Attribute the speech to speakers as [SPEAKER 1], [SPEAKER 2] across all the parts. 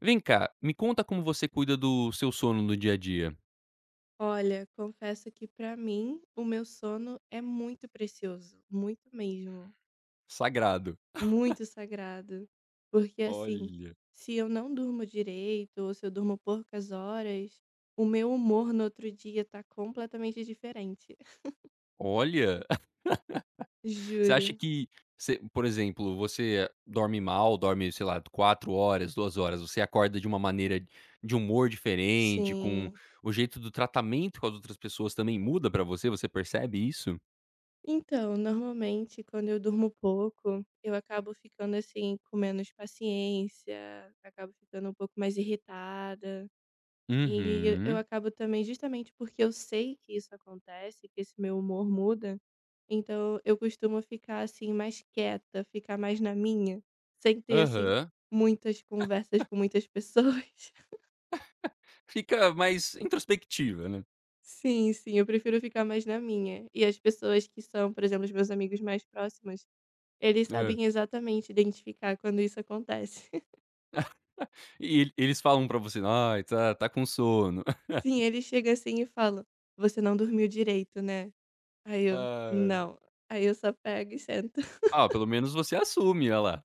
[SPEAKER 1] Vem cá, me conta como você cuida do seu sono no dia a dia.
[SPEAKER 2] Olha, confesso que pra mim o meu sono é muito precioso, muito mesmo,
[SPEAKER 1] Sagrado.
[SPEAKER 2] muito sagrado. Porque assim,
[SPEAKER 1] Olha.
[SPEAKER 2] se eu não durmo direito ou se eu durmo poucas horas, o meu humor no outro dia tá completamente diferente.
[SPEAKER 1] Olha, você acha
[SPEAKER 2] Juro.
[SPEAKER 1] que você, por exemplo, você dorme mal, dorme, sei lá, 4 horas, 2 horas, você acorda de uma maneira de humor diferente, com
[SPEAKER 2] Sim.
[SPEAKER 1] o jeito do tratamento com as outras pessoas também muda pra você, você percebe isso?
[SPEAKER 2] Então, normalmente quando eu durmo pouco, eu acabo ficando assim com menos paciência, acabo ficando um pouco mais irritada. E eu
[SPEAKER 1] Uhum.
[SPEAKER 2] acabo também justamente porque eu sei que isso acontece, que esse meu humor muda, então eu costumo ficar assim mais quieta, ficar mais na minha, sem ter assim
[SPEAKER 1] Aham.
[SPEAKER 2] muitas conversas com muitas pessoas.
[SPEAKER 1] Fica mais introspectiva, né.
[SPEAKER 2] Sim, sim, eu prefiro ficar mais na minha. E as pessoas que são, por exemplo, os meus amigos mais próximos, eles
[SPEAKER 1] Hã.
[SPEAKER 2] sabem exatamente identificar quando isso acontece.
[SPEAKER 1] E eles falam pra você: "Ai, tá com sono".
[SPEAKER 2] Sim, eles chegam assim e falam: "Você não dormiu direito, né?" Aí eu:
[SPEAKER 1] Ai.
[SPEAKER 2] "Não." Aí eu só pego e sento.
[SPEAKER 1] Ah, pelo menos você assume, olha lá.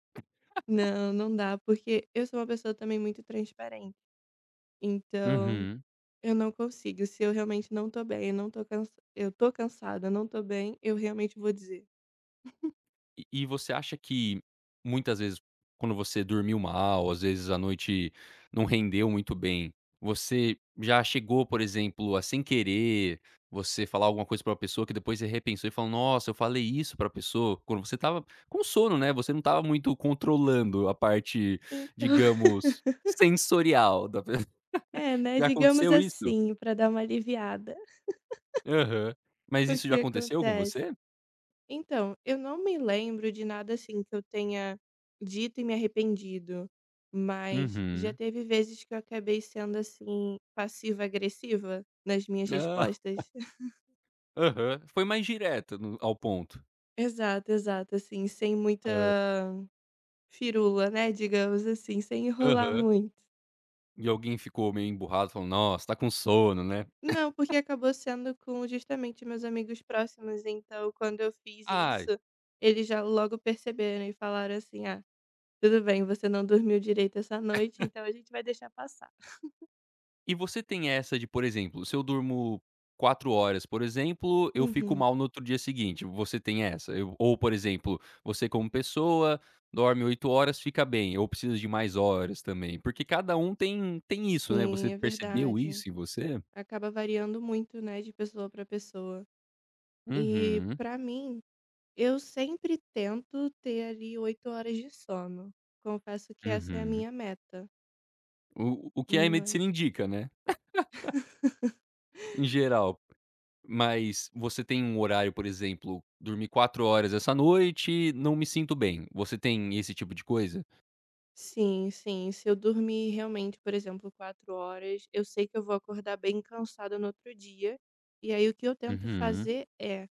[SPEAKER 2] Não, não dá, porque eu sou uma pessoa também muito transparente. Então,
[SPEAKER 1] Uhum.
[SPEAKER 2] eu não consigo. Se eu realmente não tô bem, eu tô cansada, eu não tô bem, eu realmente vou dizer.
[SPEAKER 1] E você acha que muitas vezes quando você dormiu mal, às vezes a noite não rendeu muito bem, você já chegou, por exemplo, a sem querer, você falar alguma coisa pra uma pessoa que depois você repensou e falou: "Nossa, eu falei isso pra pessoa", quando você tava com sono, né, você não tava muito controlando a parte,
[SPEAKER 2] Então,
[SPEAKER 1] digamos, sensorial da pe
[SPEAKER 2] é, né,
[SPEAKER 1] já
[SPEAKER 2] digamos
[SPEAKER 1] aconteceu isso?
[SPEAKER 2] assim, pra dar uma aliviada.
[SPEAKER 1] Aham. Mas
[SPEAKER 2] O
[SPEAKER 1] isso já
[SPEAKER 2] que
[SPEAKER 1] aconteceu com
[SPEAKER 2] acontece?
[SPEAKER 1] você?
[SPEAKER 2] Então, eu não me lembro de nada assim que eu tenha dito e me arrependido, mas já
[SPEAKER 1] Uhum.
[SPEAKER 2] teve vezes que eu acabei sendo assim passiva-agressiva nas minhas
[SPEAKER 1] Ah.
[SPEAKER 2] respostas.
[SPEAKER 1] Aham. Foi mais direta no ao ponto.
[SPEAKER 2] Exato, exato, assim, sem muita
[SPEAKER 1] Hã.
[SPEAKER 2] firula, né, digamos assim, sem enrolar
[SPEAKER 1] Aham.
[SPEAKER 2] muito.
[SPEAKER 1] E alguém ficou meio emburrado, falou: "Nossa, tá com sono, né?"
[SPEAKER 2] Não, porque acabou sendo com justamente meus amigos próximos, então quando eu fiz isso,
[SPEAKER 1] "Ai",
[SPEAKER 2] eles já logo perceberam e falaram assim: "Ah, tudo bem, você não dormiu direito essa noite, então a gente vai deixar passar".
[SPEAKER 1] e você tem essa de, por exemplo, se eu durmo 4 horas, por exemplo, eu fico
[SPEAKER 2] Uhum.
[SPEAKER 1] mal no outro dia seguinte, você tem essa? Eu Ou, por exemplo, você como pessoa dorme 8 horas, fica bem, ou precisa de mais horas também? Porque cada um tem isso, né,
[SPEAKER 2] Sim,
[SPEAKER 1] você
[SPEAKER 2] é
[SPEAKER 1] percebeu
[SPEAKER 2] verdade.
[SPEAKER 1] isso em você?
[SPEAKER 2] Acaba variando muito, né, de pessoa para pessoa. E
[SPEAKER 1] Uhum,
[SPEAKER 2] para mim eu sempre tento ter ali 8 horas de sono. Confesso que essa é a
[SPEAKER 1] uhum.
[SPEAKER 2] minha meta,
[SPEAKER 1] O que a medicina
[SPEAKER 2] mas
[SPEAKER 1] indica, né, em geral. Mas você tem um horário, por exemplo, dormi 4 horas essa noite, não me sinto bem. Você tem esse tipo de coisa?
[SPEAKER 2] sim, sim. Se eu dormir realmente, por exemplo, 4 horas, eu sei que eu vou acordar bem cansada no outro dia. E aí o que eu tento
[SPEAKER 1] Uhum.
[SPEAKER 2] fazer é,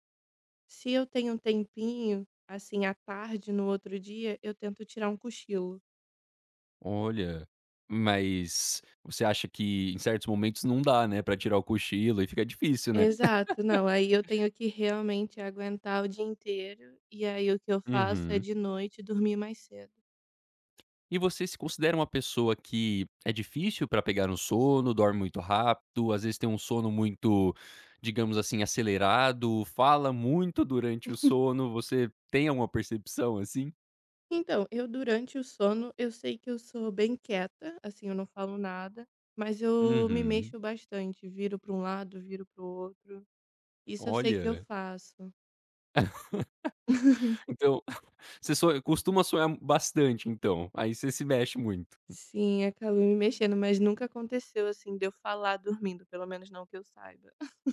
[SPEAKER 2] se eu tenho um tempinho, assim, à tarde no outro dia, eu tento tirar um cochilo.
[SPEAKER 1] Olha, mas você acha que em certos momentos não dá, né, pra tirar o cochilo e fica difícil, né?
[SPEAKER 2] Exato, não, aí eu tenho que realmente aguentar o dia inteiro, e aí o que eu faço é
[SPEAKER 1] Uhum.
[SPEAKER 2] de noite dormir mais cedo.
[SPEAKER 1] E você se considera uma pessoa que é difícil pra pegar no sono, dorme muito rápido, às vezes tem um sono muito, digamos assim, acelerado, fala muito durante o sono, você tem alguma percepção assim?
[SPEAKER 2] Então, eu durante o sono, eu sei que eu sou bem quieta, assim, eu não falo nada, mas eu me
[SPEAKER 1] Uhum.
[SPEAKER 2] mexo bastante, viro para um lado, viro para o outro. Isso eu sei que eu
[SPEAKER 1] Olha,
[SPEAKER 2] faço.
[SPEAKER 1] então você sonha costuma sonhar bastante então, aí você se mexe muito.
[SPEAKER 2] Sim, acabo me mexendo, mas nunca aconteceu assim de eu falar dormindo, pelo menos não que eu saiba.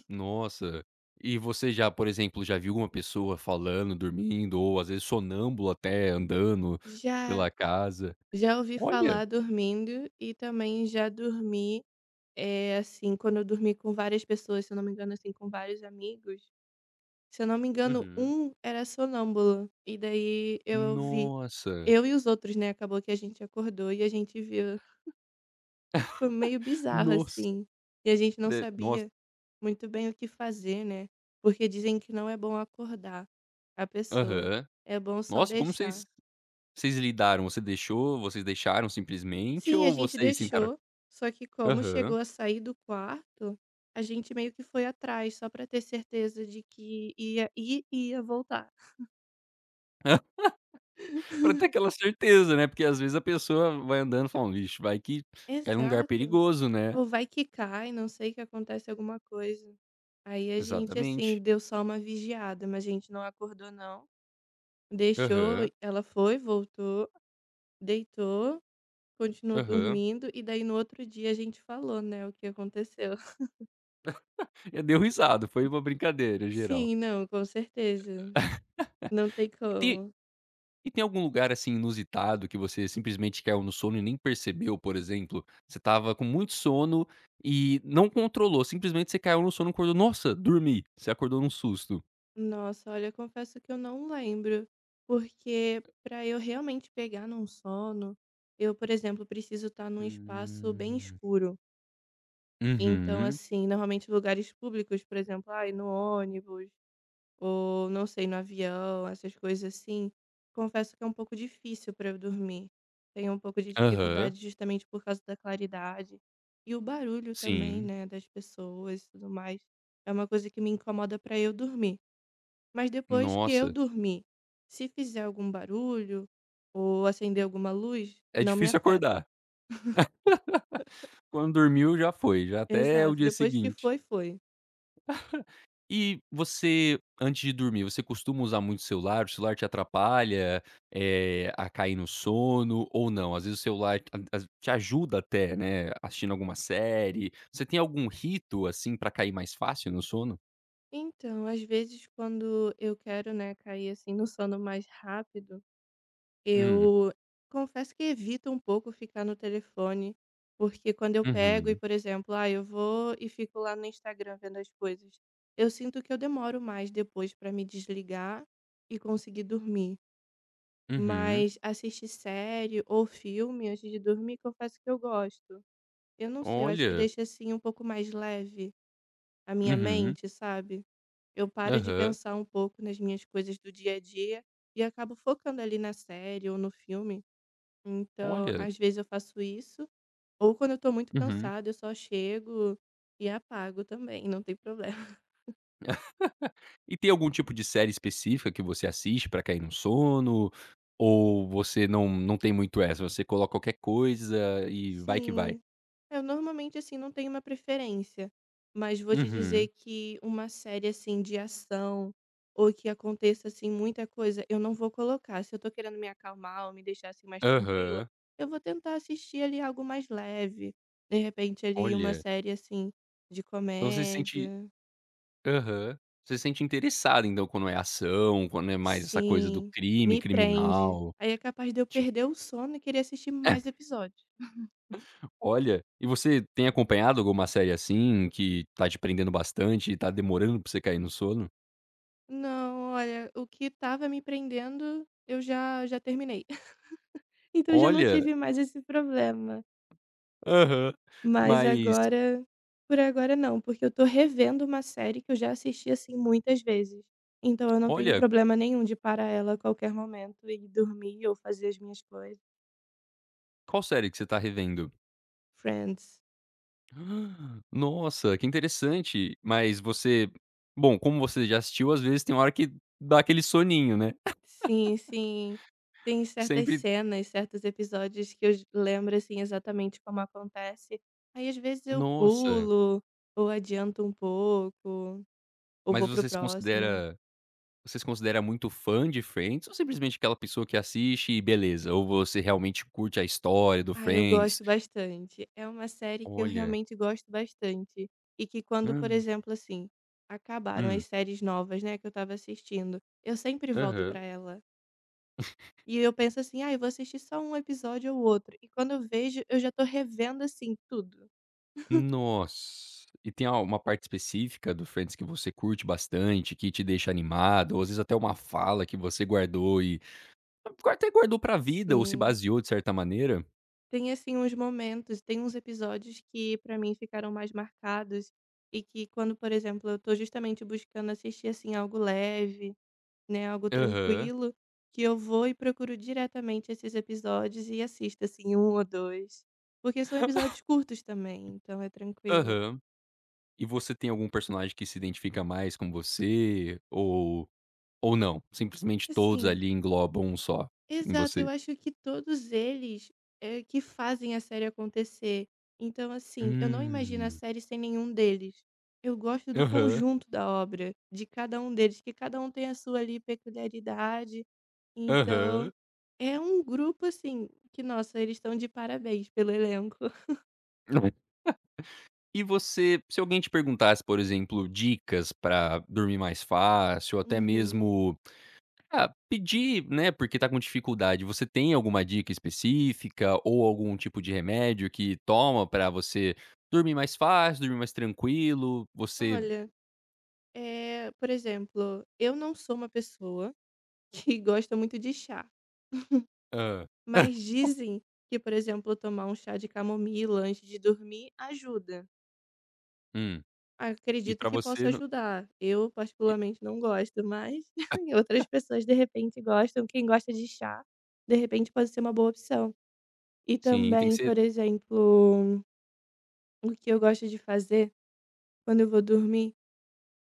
[SPEAKER 1] Nossa, e você já, por exemplo, já viu uma pessoa falando, dormindo ou às vezes sonâmbulo até, andando
[SPEAKER 2] Já,
[SPEAKER 1] pela casa?
[SPEAKER 2] já ouvi falar
[SPEAKER 1] Olha!
[SPEAKER 2] dormindo e também já dormi, é, assim, quando eu dormi com várias pessoas, se eu não me engano, assim, com vários amigos. Se eu não me engano,
[SPEAKER 1] Uhum.
[SPEAKER 2] um era sonâmbulo. E daí eu ouvi
[SPEAKER 1] Nossa,
[SPEAKER 2] eu e os outros, né, acabou que a gente acordou e a gente viu. Foi meio bizarro,
[SPEAKER 1] nossa,
[SPEAKER 2] assim, e a gente não
[SPEAKER 1] de nossa
[SPEAKER 2] sabia muito bem o que fazer, né, porque dizem que não é bom acordar a pessoa,
[SPEAKER 1] aham.
[SPEAKER 2] é bom só
[SPEAKER 1] Nossa, como vocês
[SPEAKER 2] deixar.
[SPEAKER 1] vocês lidaram? Você deixou, vocês deixaram simplesmente
[SPEAKER 2] Sim, a
[SPEAKER 1] ou
[SPEAKER 2] gente
[SPEAKER 1] vocês tentaram?
[SPEAKER 2] deixou, só que como
[SPEAKER 1] Aham.
[SPEAKER 2] chegou a sair do quarto, a gente meio que foi atrás só pra ter certeza de que ia ir e ia voltar.
[SPEAKER 1] Pra ter aquela certeza, né, porque às vezes a pessoa vai andando falando: "Vixe, vai que cai num lugar
[SPEAKER 2] Exato.
[SPEAKER 1] perigoso, né".
[SPEAKER 2] Ou vai que cai, não sei, que acontece alguma coisa. Aí a gente, assim,
[SPEAKER 1] Exatamente.
[SPEAKER 2] deu só uma vigiada, mas a gente não acordou não. Deixou,
[SPEAKER 1] Aham,
[SPEAKER 2] ela foi, voltou, deitou, continuou
[SPEAKER 1] aham.
[SPEAKER 2] dormindo e daí no outro dia a gente falou, né, o que aconteceu.
[SPEAKER 1] Eh, deu risada, foi uma brincadeira geral.
[SPEAKER 2] Sim, não, com certeza. Não tem
[SPEAKER 1] E tem
[SPEAKER 2] como.
[SPEAKER 1] e tem algum lugar, assim, inusitado que você simplesmente caiu no sono e nem percebeu, por exemplo? Você estava com muito sono e não controlou, simplesmente você caiu no sono, e acordou: "Nossa, dormi". Você acordou num susto.
[SPEAKER 2] Nossa, olha, confesso que eu não lembro, porque para eu realmente pegar num sono, eu, por exemplo, preciso estar num espaço bem
[SPEAKER 1] Hum.
[SPEAKER 2] escuro. Então,
[SPEAKER 1] Uhum.
[SPEAKER 2] assim, normalmente lugares públicos, por exemplo, ai, no ônibus ou não sei, no avião, essas coisas assim, confesso que é um pouco difícil para eu dormir. Tenho um pouco de
[SPEAKER 1] Aham.
[SPEAKER 2] dificuldade justamente por causa da claridade e o barulho também,
[SPEAKER 1] Sim.
[SPEAKER 2] né, das pessoas e tudo mais. É uma coisa que me incomoda para eu dormir. Mas depois que eu
[SPEAKER 1] Nossa,
[SPEAKER 2] dormir, se fizer algum barulho ou acender alguma luz,
[SPEAKER 1] é
[SPEAKER 2] não me
[SPEAKER 1] difícil
[SPEAKER 2] afeta.
[SPEAKER 1] acordar. Quando dormiu já foi, já até o
[SPEAKER 2] Exato,
[SPEAKER 1] dia
[SPEAKER 2] depois que
[SPEAKER 1] seguinte.
[SPEAKER 2] foi, foi.
[SPEAKER 1] E você, antes de dormir, você costuma usar muito o celular? O celular te atrapalha, eh, a cair no sono ou não? Às vezes o celular t as te ajuda até, né, assistindo alguma série. Você tem algum rito, assim, pra cair mais fácil no sono?
[SPEAKER 2] Então, às vezes, quando eu quero, né, cair assim no sono mais rápido,
[SPEAKER 1] Hum.
[SPEAKER 2] eu confesso que evito um pouco ficar no telefone, porque quando eu pego e,
[SPEAKER 1] Uhum.
[SPEAKER 2] por exemplo, ah, eu vou e fico lá no Instagram vendo as coisas, eu sinto que eu demoro mais depois para me desligar e conseguir dormir.
[SPEAKER 1] Uhum.
[SPEAKER 2] Mas assistir série ou filme antes de dormir, confesso que eu gosto. Eu não sei, eu acho que
[SPEAKER 1] Olha.
[SPEAKER 2] deixa assim um pouco mais leve a minha
[SPEAKER 1] Uhum.
[SPEAKER 2] mente, sabe? Eu paro de
[SPEAKER 1] Aham.
[SPEAKER 2] pensar um pouco nas minhas coisas do dia a dia e acabo focando ali na série ou no filme, então
[SPEAKER 1] Olha.
[SPEAKER 2] às vezes eu faço isso, ou quando eu tô muito
[SPEAKER 1] Uhum.
[SPEAKER 2] cansada, eu só chego e apago também, não tem problema.
[SPEAKER 1] E tem algum tipo de série específica que você assiste pra cair no sono? Ou você não tem muito essa, você coloca qualquer coisa e vai que vai?
[SPEAKER 2] Sim. Eu normalmente assim não tenho uma preferência, mas vou te dizer
[SPEAKER 1] Uhum.
[SPEAKER 2] que uma série assim de ação ou que aconteça assim muita coisa, eu não vou colocar. Se eu tô querendo me acalmar ou me deixar assim mais tranquila,
[SPEAKER 1] Aham.
[SPEAKER 2] eu vou tentar assistir ali algo mais leve. De repente ali uma
[SPEAKER 1] Olha.
[SPEAKER 2] série assim de
[SPEAKER 1] Então você se sente
[SPEAKER 2] comédia.
[SPEAKER 1] Aham. Você se sente interessado então quando é ação, quando é mais essa coisa do
[SPEAKER 2] Sim,
[SPEAKER 1] crime,
[SPEAKER 2] me prende.
[SPEAKER 1] criminal,
[SPEAKER 2] Aí é capaz de eu
[SPEAKER 1] tipo
[SPEAKER 2] perder o sono e querer assistir mais episódios.
[SPEAKER 1] olha, e você tem acompanhado alguma série assim que tá te prendendo bastante e tá demorando pra você cair no sono?
[SPEAKER 2] Não, olha, o que tava me prendendo, eu já terminei. Então já não
[SPEAKER 1] Olha.
[SPEAKER 2] tive mais esse problema.
[SPEAKER 1] Aham.
[SPEAKER 2] Mas
[SPEAKER 1] Mas,
[SPEAKER 2] agora, por agora não, porque eu tô revendo uma série que eu já assisti, assim, muitas vezes. Então eu não tenho
[SPEAKER 1] olha,
[SPEAKER 2] problema nenhum de parar ela a qualquer momento e dormir ou fazer as minhas coisas.
[SPEAKER 1] qual série que você tá revendo?
[SPEAKER 2] Friends.
[SPEAKER 1] Ah, nossa, que interessante. Mas você, bom, como você já assistiu, às vezes tem hora que dá aquele soninho, né.
[SPEAKER 2] Sim, sim. Tem certas
[SPEAKER 1] Sempre
[SPEAKER 2] cenas, certos episódios que eu j lembro, assim, exatamente como acontece. Aí, às vezes, eu
[SPEAKER 1] nossa,
[SPEAKER 2] pulo ou adianto um pouco ou
[SPEAKER 1] mas
[SPEAKER 2] vou pro
[SPEAKER 1] você se
[SPEAKER 2] próximo.
[SPEAKER 1] considera você se considera muito fã de Friends ou simplesmente aquela pessoa que assiste e beleza? Ou você realmente curte a história do
[SPEAKER 2] Ah, eu
[SPEAKER 1] Friends?
[SPEAKER 2] gosto bastante. É uma série que eu
[SPEAKER 1] Olha.
[SPEAKER 2] realmente gosto bastante e que quando,
[SPEAKER 1] Hã.
[SPEAKER 2] por exemplo, assim, acabaram as
[SPEAKER 1] Hum.
[SPEAKER 2] séries novas, né, que eu estava assistindo, eu sempre volto
[SPEAKER 1] Aham.
[SPEAKER 2] pra ela. E eu penso assim: "Ai, vou assistir só um episódio ou outro", e quando eu vejo, eu já tô revendo, assim, tudo.
[SPEAKER 1] Nossa. E tem a uma parte específica do Friends que você curte bastante, que te deixa animado, ou às vezes até uma fala que você guardou e até guardou pra vida ou se
[SPEAKER 2] Sim.
[SPEAKER 1] baseou de certa maneira?
[SPEAKER 2] Tem, assim, uns momentos, tem uns episódios que pra mim ficaram mais marcados e que quando, por exemplo, eu tô justamente buscando assistir, assim, algo leve, né, algo
[SPEAKER 1] Aham,
[SPEAKER 2] tranquilo, que eu vou e procuro diretamente esses episódios e assisto, assim, um ou dois. Porque são episódios curtos também, então é tranquilo.
[SPEAKER 1] aham. E você tem algum personagem que se identifica mais com você ou não? Simplesmente todos
[SPEAKER 2] Assim,
[SPEAKER 1] ali englobam um só, em
[SPEAKER 2] exato, eu
[SPEAKER 1] você?
[SPEAKER 2] acho que todos eles, que fazem a série acontecer. Então, assim, eu não imagino a
[SPEAKER 1] Hum.
[SPEAKER 2] série sem nenhum deles. Eu gosto do
[SPEAKER 1] Aham,
[SPEAKER 2] conjunto da obra, de cada um deles, que cada um tem a sua ali peculiaridade. Então,
[SPEAKER 1] aham.
[SPEAKER 2] é um grupo assim que, nossa, eles estão de parabéns pelo elenco.
[SPEAKER 1] E você, se alguém te perguntasse, por exemplo, dicas para dormir mais fácil, ou até
[SPEAKER 2] Uhum.
[SPEAKER 1] mesmo, ah, pedir, né, porque tá com dificuldade, você tem alguma dica específica ou algum tipo de remédio que toma para você dormir mais fácil, dormir mais tranquilo? Você
[SPEAKER 2] Olha, por exemplo, eu não sou uma pessoa que gosta muito de chá.
[SPEAKER 1] hã.
[SPEAKER 2] Mas dizem que, por exemplo, tomar um chá de camomila antes de dormir ajuda.
[SPEAKER 1] Hum. E
[SPEAKER 2] Acredito
[SPEAKER 1] para
[SPEAKER 2] que
[SPEAKER 1] você
[SPEAKER 2] possa
[SPEAKER 1] não
[SPEAKER 2] ajudar. Eu,
[SPEAKER 1] e
[SPEAKER 2] particularmente, não gosto, mas outras pessoas, de repente, gostam. Quem gosta de chá, de repente, pode ser uma boa opção. E
[SPEAKER 1] sim, tem que
[SPEAKER 2] também,
[SPEAKER 1] ser
[SPEAKER 2] por exemplo, o que eu gosto de fazer quando eu vou dormir,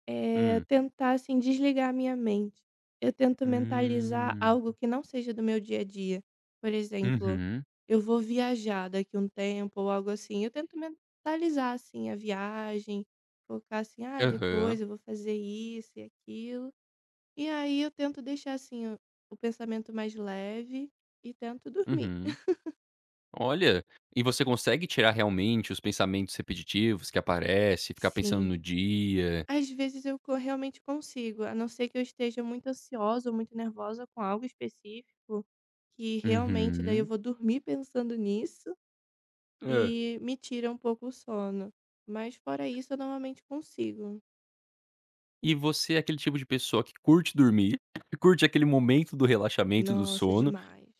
[SPEAKER 1] hum.
[SPEAKER 2] Tentar, assim, desligar a minha mente. Eu tento mentalizar
[SPEAKER 1] Hum.
[SPEAKER 2] algo que não seja do meu dia a dia. Por exemplo,
[SPEAKER 1] Uhum.
[SPEAKER 2] eu vou viajar daqui um tempo ou algo assim, eu tento mentalizar, assim, a viagem, focar assim: "Ah, depois
[SPEAKER 1] Aham.
[SPEAKER 2] eu vou fazer isso e aquilo". E aí eu tento deixar, assim, o pensamento mais leve e tento dormir.
[SPEAKER 1] Uhum. Olha, e você consegue tirar realmente os pensamentos repetitivos que aparece, ficar pensando
[SPEAKER 2] Sim.
[SPEAKER 1] no dia?
[SPEAKER 2] Às vezes eu co realmente consigo, a não ser que eu esteja muito ansiosa ou muito nervosa com algo específico, que realmente daí eu
[SPEAKER 1] Uhum.
[SPEAKER 2] vou dormir pensando nisso
[SPEAKER 1] Hã.
[SPEAKER 2] e me tira um pouco o sono. Mas fora isso eu normalmente consigo.
[SPEAKER 1] E você é aquele tipo de pessoa que curte dormir, curte aquele momento do relaxamento do
[SPEAKER 2] Nossa,
[SPEAKER 1] sono?
[SPEAKER 2] demais.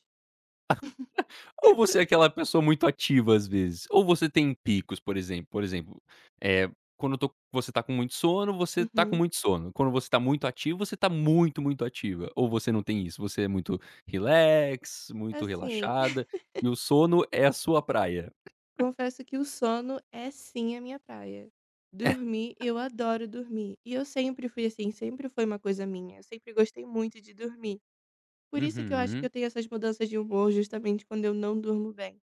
[SPEAKER 1] Ou você é aquela pessoa muito ativa às vezes, ou você tem picos, por exemplo, eh, quando eu tô você tá com muito sono, você tá com
[SPEAKER 2] Uhum.
[SPEAKER 1] muito sono. Quando você tá muito ativo, você tá muito, muito ativa. Ou você não tem isso? Você é muito relax, muito
[SPEAKER 2] Assim,
[SPEAKER 1] relaxada, e o sono é a sua praia.
[SPEAKER 2] confesso que o sono é sim a minha praia. Dormir, eu adoro dormir. E eu sempre fui assim, sempre foi uma coisa minha. Eu sempre gostei muito de dormir. Por isso que eu acho que eu
[SPEAKER 1] Uhum,
[SPEAKER 2] tenho essas mudanças de humor justamente quando eu não durmo bem.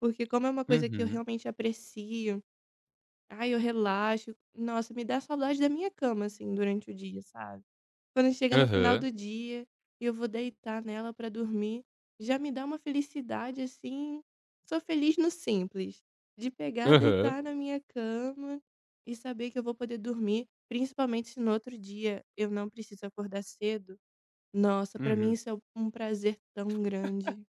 [SPEAKER 2] Porque como é uma coisa que eu
[SPEAKER 1] uhum,
[SPEAKER 2] realmente aprecio, ai, eu relaxo, nossa, me dá saudade da minha cama, assim, durante o dia, sabe? Quando chega no final
[SPEAKER 1] aham,
[SPEAKER 2] do dia e eu vou deitar nela pra dormir, já me dá uma felicidade, assim, sou feliz no simples. De pegar,
[SPEAKER 1] aham,
[SPEAKER 2] deitar na minha cama e saber que eu vou poder dormir, principalmente se no outro dia eu não preciso acordar cedo, nossa, pra mim
[SPEAKER 1] uhum.
[SPEAKER 2] isso é um prazer tão grande.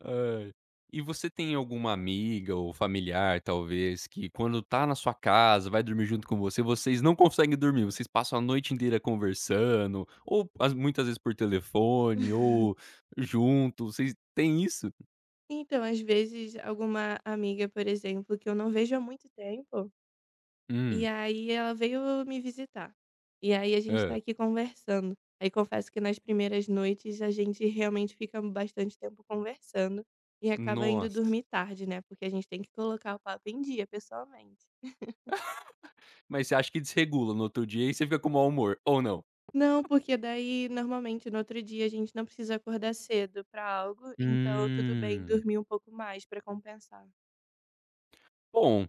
[SPEAKER 1] Ai. E você tem alguma amiga ou familiar, talvez, que quando tá na sua casa, vai dormir junto com você, vocês não conseguem dormir, vocês passam a noite inteira conversando, ou as muitas vezes por telefone, ou junto, vocês têm isso?
[SPEAKER 2] Então, às vezes, alguma amiga, por exemplo, que eu não vejo há muito tempo, e
[SPEAKER 1] Hum.
[SPEAKER 2] aí ela veio me visitar. E aí a gente tá
[SPEAKER 1] Hã.
[SPEAKER 2] aqui conversando. Aí confesso que nas primeiras noites a gente realmente fica bastante tempo conversando e acaba indo
[SPEAKER 1] Nossa.
[SPEAKER 2] dormir tarde, né? Porque a gente tem que colocar o papo em dia, pessoalmente.
[SPEAKER 1] Mas você acha que desregula no outro dia e você fica com mau humor, ou não?
[SPEAKER 2] Não, porque daí normalmente no outro dia a gente não precisa acordar cedo pra algo, então tudo bem
[SPEAKER 1] Hum.
[SPEAKER 2] dormir um pouco mais pra compensar.
[SPEAKER 1] Bom.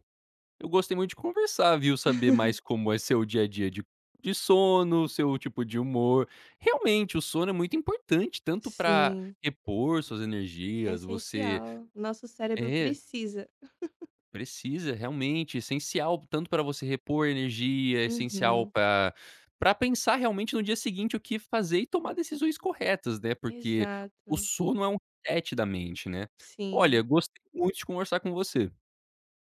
[SPEAKER 1] Eu gostei muito de conversar, viu, saber mais como é seu dia a dia de sono, seu tipo de humor. Realmente, o sono é muito importante, tanto para
[SPEAKER 2] Sim,
[SPEAKER 1] repor suas
[SPEAKER 2] é
[SPEAKER 1] energias, você
[SPEAKER 2] essencial. Nosso cérebro
[SPEAKER 1] é,
[SPEAKER 2] precisa.
[SPEAKER 1] precisa realmente, é essencial tanto para você repor energia, é essencial
[SPEAKER 2] Uhum,
[SPEAKER 1] para pensar realmente no dia seguinte o que fazer e tomar decisões corretas, né, porque o
[SPEAKER 2] exato.
[SPEAKER 1] sono é um reset da mente, né. Olha,
[SPEAKER 2] Sim.
[SPEAKER 1] gostei muito de conversar com você.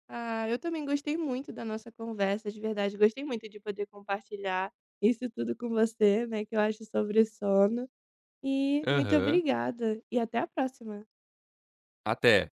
[SPEAKER 2] Ah, eu também gostei muito da nossa conversa, de verdade. Gostei muito de poder compartilhar isso tudo com você, né, que eu acho sobre sono. E muito
[SPEAKER 1] Aham.
[SPEAKER 2] obrigada e até a próxima.
[SPEAKER 1] Até.